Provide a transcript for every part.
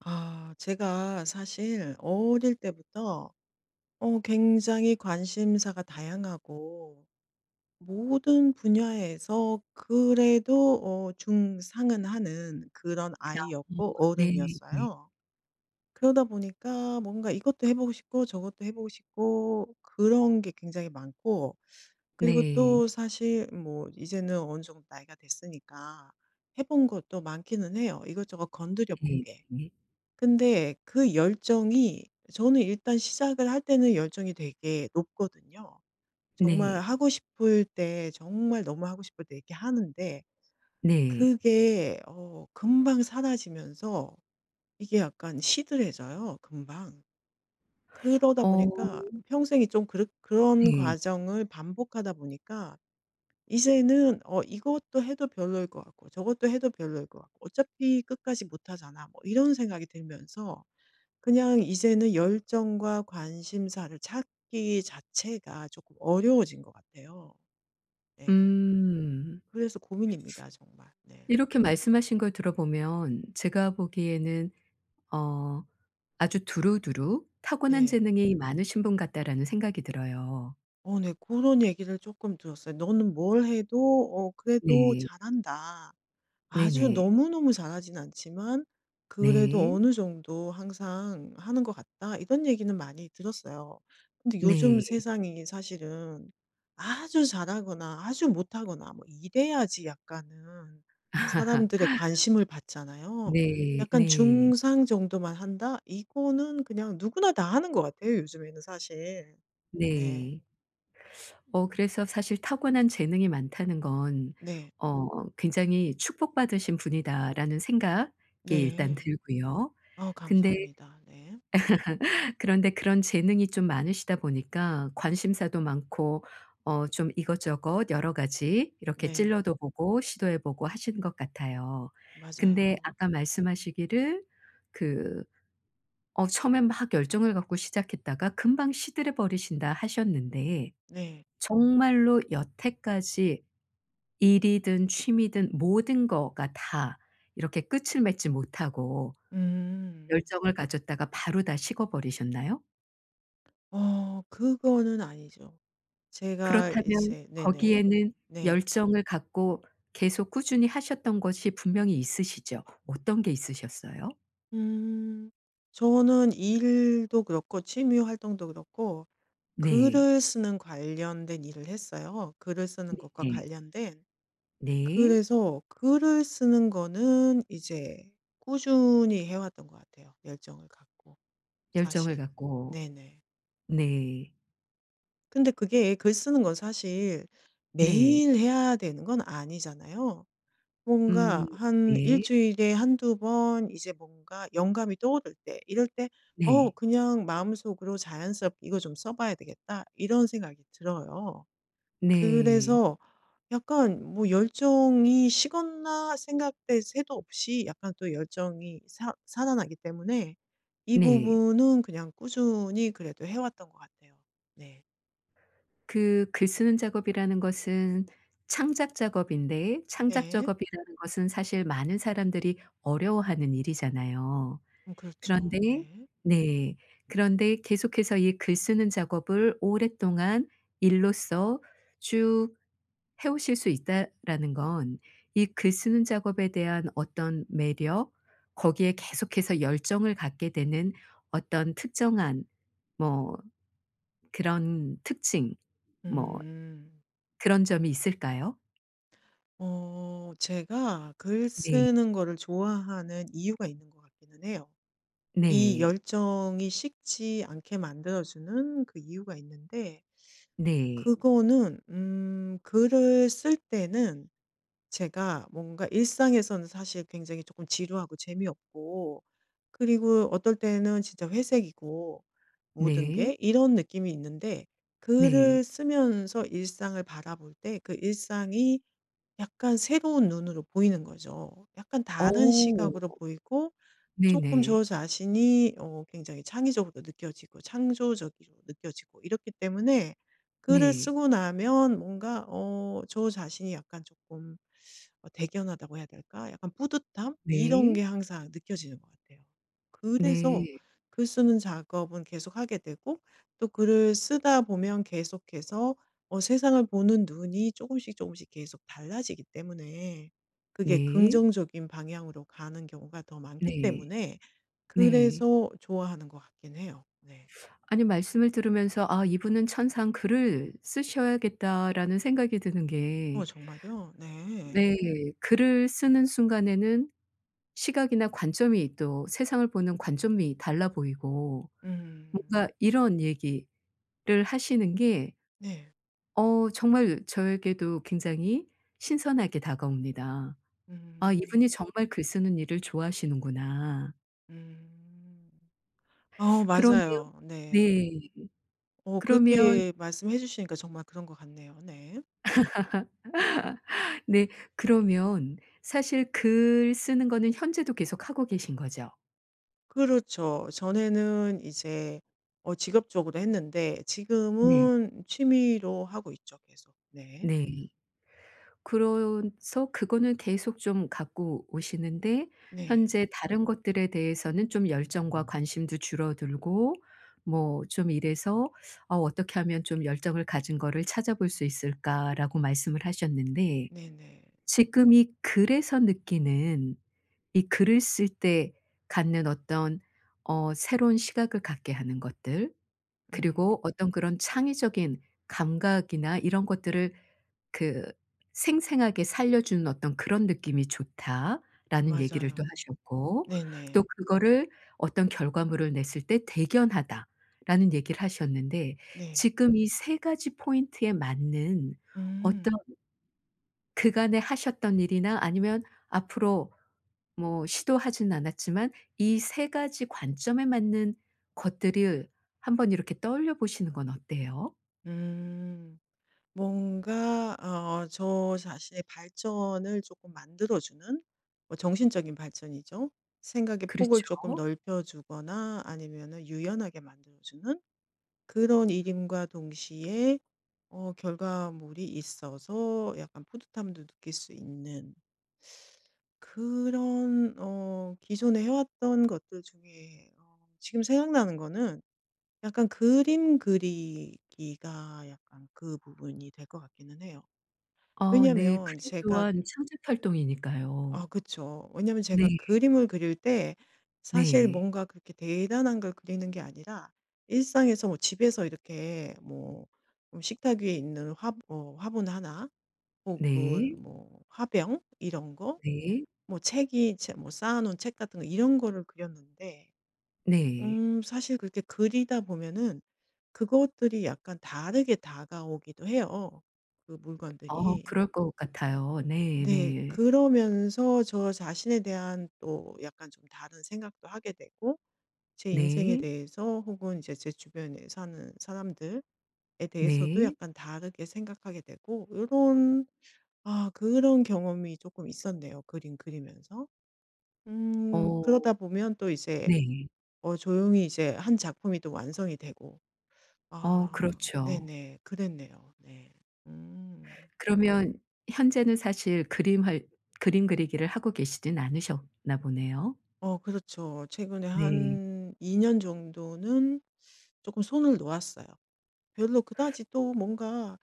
제가 사실 어릴 때부터 굉장히 관심사가 다양하고 모든 분야에서 그래도 중상은 하는 그런 어 아이였고 네. 네. 어른이었어요. 그러다 보니까 뭔가 이것도 해 보고 싶고 저것도 해 보고 싶고 그런 게 굉장히 많고, 그리고 네. 또 사실 뭐 이제는 어느 정도 나이가 됐으니까 해본 것도 많기는 해요, 이것저것 건드려 본 게. 네. 근데 그 열정이, 저는 일단 시작을 할 때는 열정이 되게 높거든요. 정말 네. 하고 싶을 때 정말 너무 하고 싶을 때 이렇게 하는데 네. 그게 금방 사라지면서 이게 약간 시들해져요 금방. 그러다 어 보니까 평생이 좀 그르 그런 네. 과정을 반복하다 보니까 이제는 '이것도 해도 별로일 것 같고 저것도 해도 별로일 것 같고 어차피 끝까지 못 하잖아.' 뭐 이런 생각이 들면서 그냥 이제는 열정과 관심사를 찾기 자체가 조금 어려워진 것 같아요. 네. 음. 그래서 고민입니다, 정말. 네. 이렇게 말씀하신 걸 들어보면 제가 보기에는 어 아주 두루두루 '타고난 네. 재능이 많으신 분 같다.'라는 생각이 들어요. 어 네. 그런 얘기를 조금 들었어요. "너는 뭘 해도 그래도 네. 잘한다." 아주 네네. 너무너무 잘하진 않지만 그래도 네. 어느 정도 항상 하는 것 같다. 이런 얘기는 많이 들었어요. 근데 네. 요즘 네. 세상이 사실은 아주 잘하거나 아주 못하거나 뭐 이래야지 약간은 사람들의 관심을 받잖아요. 네. 약간 네. 중상 정도만 한다? 이거는 그냥 누구나 다 하는 것 같아요, 요즘에는 사실. 네. 네. 어 그래서 사실 '타고난 재능이 많다는 건 네. 굉장히 축복받으신 분이다.'라는 생각이 일단 네. 들고요. 어 근데 감사합니다. 네. 그런데 그런 재능이 좀 많으시다 보니까 관심사도 많고 좀 이것저것 여러 가지 이렇게 네. 찔러도 보고 시도해 보고 하시는 것 같아요. 근데 맞아요. 아까 말씀하시기를 그 처음에 막 열정을 갖고 시작했다가 금방 시들해 버리신다 하셨는데 네. 정말로 여태까지 일이든 취미든 모든 거가 다 이렇게 끝을 맺지 못하고 음. 열정을 가졌다가 바로 다 식어버리셨나요? 어 그거는 아니죠. 제가 그렇다면 이제 네네. 거기에는 네. 열정을 갖고 계속 꾸준히 하셨던 것이 분명히 있으시죠? 어떤 게 있으셨어요? 음. 저는 일도 그렇고 취미 활동도 그렇고 네. 글을 쓰는 관련된 일을 했어요. 글을 쓰는 것과 네. 관련된. 네. 그래서 글을 쓰는 거는 이제 꾸준히 해 왔던 것 같아요, 열정을 갖고 열정을 사실. 갖고. 네네. 네. 근데 그게 글 쓰는 건 사실 네. 매일 해야 되는 건 아니잖아요. 음. 뭔가 한 일 네. 주일에 한두 번 이제 뭔가 영감이 떠오를 때 이럴 때 네. 그냥 마음속으로 자연스럽게 이거 좀 써 봐야 되겠다.' 이런 생각이 들어요. 네. 그래서 약간 뭐 '열정이 식었나?' 생각될 새도 없이 약간 또 열정이 사 살아나기 때문에 이 네. 부분은 그냥 꾸준히 그래도 해 왔던 것 같아요. 네. 그 글 쓰는 작업이라는 것은 창작 작업인데, 창작 네. 작업이라는 것은 사실 많은 사람들이 어려워하는 일이잖아요. 그렇죠. 그런데 네. 네. 그런데 계속해서 이 글 쓰는 작업을 오랫동안 일로서 쭉 해 오실 수 있다라는 건 이 글 쓰는 작업에 대한 어떤 매력, 거기에 계속해서 열정을 갖게 되는 어떤 특정한, 뭐 그런 특징, 뭐 음. 음. 그런 점이 있을까요? 어 제가 글 네. 쓰는 거를 좋아하는 이유가 있는 것 같기는 해요. 이 네. 열정이 식지 않게 만들어 주는 그 이유가 있는데, 네. 그거는 글을 쓸 때는 제가 뭔가 일상에서는 사실 굉장히 조금 지루하고 재미없고, 그리고 어떨 때는 진짜 회색이고 모든 네. 게 이런 느낌이 있는데, 글을 네. 쓰면서 일상을 바라볼 때 그 일상이 약간 새로운 눈으로 보이는 거죠. 약간 다른 어. 시각으로 보이고 조금 저 네네. 자신이 굉장히 창의적으로 느껴지고 창조적으로 느껴지고 이렇기 때문에 글을 네. 쓰고 나면 뭔가 저 자신이 약간 조금 대견하다고 해야 될까? 약간 뿌듯함? 이런 네. 게 항상 느껴지는 것 같아요. 네. 그래서 네. 글 쓰는 작업은 계속하게 되고 또 글을 쓰다 보면 계속해서 세상을 보는 눈이 조금씩 조금씩 계속 달라지기 때문에, 그게 네. 긍정적인 방향으로 가는 경우가 더 많기 네. 때문에 네. 그래서 좋아하는 것 같긴 해요. 네. 아니 말씀을 들으면서 '아 이분은 천상 글을 쓰셔야겠다.'라는 생각이 드는 어 게, 정말요? 네. 네 글을 쓰는 순간에는 시각이나 관점이, 또 세상을 보는 관점이 달라 보이고 음. 뭔가 이런 얘기를 하시는 게 네. 정말 저에게도 굉장히 신선하게 다가옵니다. '아 이분이 음. 정말 글 쓰는 일을 좋아하시는구나.' 음. 어 그러면 맞아요. 네. 네. 어 그러면 그렇게 말씀해 주시니까 정말 그런 것 같네요. 네. 네 그러면 사실 글 쓰는 거는 현재도 계속하고 계신 거죠? 그렇죠. 전에는 이제 직업적으로 했는데 네. 지금은 취미로 하고 있죠 계속. 네. 네. 그래서 그거는 계속 좀 갖고 오시는데 네. 현재 다른 것들에 대해서는 좀 열정과 관심도 줄어들고 뭐 좀 이래서 어떻게 하면 좀 열정을 가진 거를 찾아볼 수 있을까?'라고 말씀을 하셨는데 네네. 지금 이 글에서 느끼는, 이 글을 쓸 때 갖는 어떤 새로운 시각을 갖게 하는 것들, 음. 그리고 어떤 그런 창의적인 감각이나 이런 것들을 그 "생생하게 살려주는 어떤 그런 느낌이 좋다."라는 얘기를 또 맞아요. 하셨고 또 네네. "그거를 어떤 결과물을 냈을 때 대견하다."라는 얘기를 하셨는데 네. 지금 이 세 가지 포인트에 맞는 어떤 음. 그간에 하셨던 일이나, 아니면 앞으로 뭐 시도하진 않았지만 이 세 가지 관점에 맞는 것들을 한번 이렇게 떠올려 보시는 건 어때요? 음. 뭔가 저 자신의 발전을 조금 만들어주는, 뭐 정신적인 발전이죠. 생각의 그렇죠. 폭을 조금 넓혀 주거나 아니면은 유연하게 만들어 주는 그런 일임과 동시에 결과물이 있어서 약간 뿌듯함도 느낄 수 있는 그런, 기존에 해 왔던 것들 중에 지금 생각나는 거는 약간 그림 그리기가 약간 그 부분이 될 것 같기는 해요. 어 네. 왜냐면 그림 제가, 또한 창작 아 활동이니까요. 그쵸. 왜냐면 제가 네. 그림을 그릴 때 사실 네. 뭔가 그렇게 대단한 걸 그리는 게 아니라 일상에서 뭐 집에서 이렇게 뭐 식탁 위에 있는 화 화분 하나 네. 혹은 뭐 화병 이런 거, 네. 뭐 책이 제 뭐 쌓아 놓은 책 같은 거 이런 거를 그렸는데 네. 사실 그렇게 그리다 보면은 그것들이 약간 다르게 다가오기도 해요, 그 어 물건들이. 그럴 것 같아요. 네 네. 네. 그러면서 저 자신에 대한 또 약간 좀 다른 생각도 하게 되고 제 인생에 네. 대해서 혹은 이제 제 주변에 사는 사람들에 대해서도 네. 약간 다르게 생각하게 되고 이런, 아 그런 경험이 조금 있었네요, 그림 그리면서. 어 그러다 보면 또 이제 네. 조용히 이제 한 작품이 또 완성이 되고. 어 아 그렇죠. 네네. 그랬네요. 네. 음. 그러면 현재는 사실 그림 그리기를 하고 계시진 않으셨나 보네요. 어 그렇죠. 최근에 네. 한 2년 정도는 조금 손을 놓았어요. 별로 그다지 또 뭔가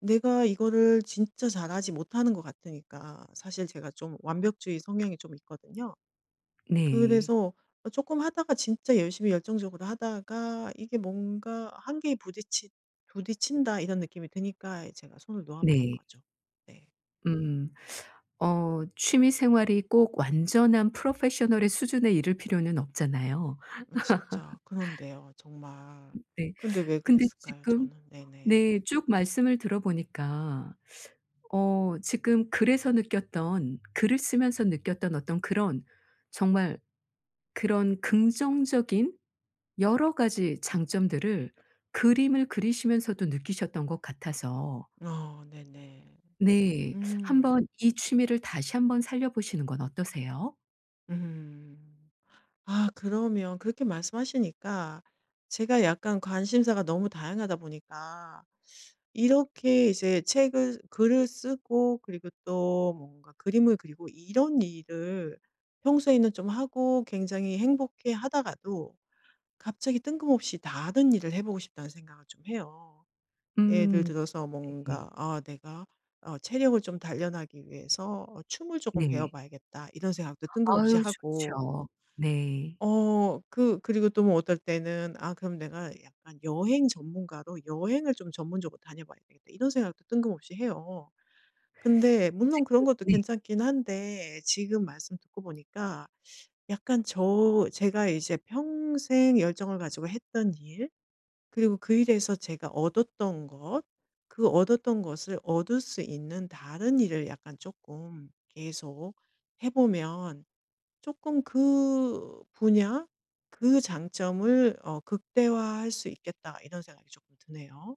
내가 이거를 진짜 잘하지 못하는 것 같으니까. 사실 제가 좀 완벽주의 성향이 좀 있거든요. 네. 그래서 어, 조금 하다가 진짜 열심히 열정적으로 하다가 이게 뭔가 한계에 부딪히 부딪힌다 이런 느낌이 드니까 제가 손을 놓아 버린 네. 거죠. 네. 음. 취미 생활이 꼭 완전한 프로페셔널의 수준에 이를 필요는 없잖아요. 어 진짜 그런데요 정말. 네. 근데 왜 근데 그랬을까요 지금 저는? 네네. 네 쭉 말씀을 들어보니까 지금 글에서 느꼈던, 글을 쓰면서 느꼈던 어떤 그런 정말 그런 긍정적인 여러 가지 장점들을 그림을 그리시면서도 느끼셨던 것 같아서 어 네네. 네. 음. 한번 이 취미를 다시 한번 살려 보시는 건 어떠세요? 음. 아 그러면 그렇게 말씀하시니까 제가 약간 관심사가 너무 다양하다 보니까 이렇게 이제 책을 글을 쓰고 그리고 또 뭔가 그림을 그리고 이런 일을 평소에는 좀 하고 굉장히 행복해 하다가도 갑자기 뜬금없이 다른 일을 해 보고 싶다는 생각을 좀 해요. 예를 음 들어서 네. 뭔가 '아 내가 체력을 좀 단련하기 위해서 춤을 조금 배워 네. 봐야겠다.' 이런 생각도 뜬금없이 아유 하고 좋죠. 네. 그리고 또 뭐 어떨 때는 '아 그럼 내가 약간 여행 전문가로 여행을 좀 전문적으로 다녀 봐야 되겠다.' 이런 생각도 뜬금없이 해요. 근데 물론 지금 그런 것도 네. 괜찮긴 한데 지금 말씀 듣고 보니까 약간 제가 이제 평생 열정을 가지고 했던 일 그리고 그 일에서 제가 얻었던 것, 그 얻었던 것을 얻을 수 있는 다른 일을 약간 조금 계속 해 보면 조금 그 분야, 그 장점을 '극대화할 수 있겠다.' 이런 생각이 조금 드네요.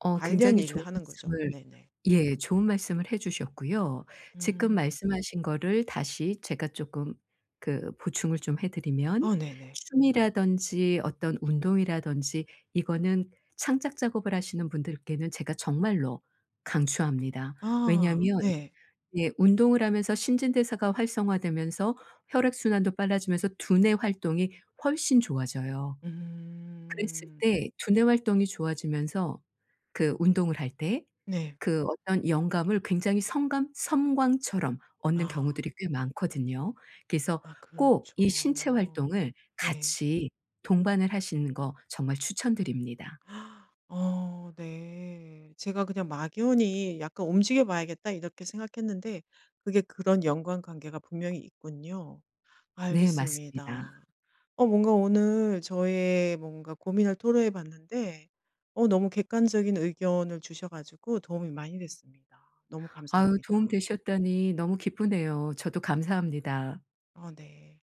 어 관련 굉장히 일을 좋은 하는 거죠. 말씀을. 네네. 예. 좋은 말씀을 해 주셨고요. 지금 음. 말씀하신 거를 다시 제가 조금 그 보충을 좀 해 드리면 어 네네. 춤이라든지 어떤 운동이라든지 이거는 창작 작업을 하시는 분들께는 제가 정말로 강추합니다. 아 왜냐하면 네. 예 운동을 하면서 신진대사가 활성화되면서 혈액순환도 빨라지면서 두뇌 활동이 훨씬 좋아져요. 그랬을 음. 때 두뇌 활동이 좋아지면서 그 운동을 할 때 네. 그 어떤 영감을 굉장히 성감 섬광처럼 얻는 아. 경우들이 꽤 많거든요. 그래서 아 꼭 이 신체 그렇죠. 활동을 네. 같이 동반을 하시는 거 정말 추천드립니다. 어 네. 제가 그냥 막연히 '약간 움직여 봐야겠다.' 이렇게 생각했는데 그게 그런 연관관계가 분명히 있군요. 네 맞습니다. 알겠습니다. 어 뭔가 오늘 저의 뭔가 고민을 토로해 봤는데 너무 객관적인 의견을 주셔 가지고 도움이 많이 됐습니다. 너무 아유 도움 감사합니다. 되셨다니 너무 기쁘네요. 저도 감사합니다. 어 네.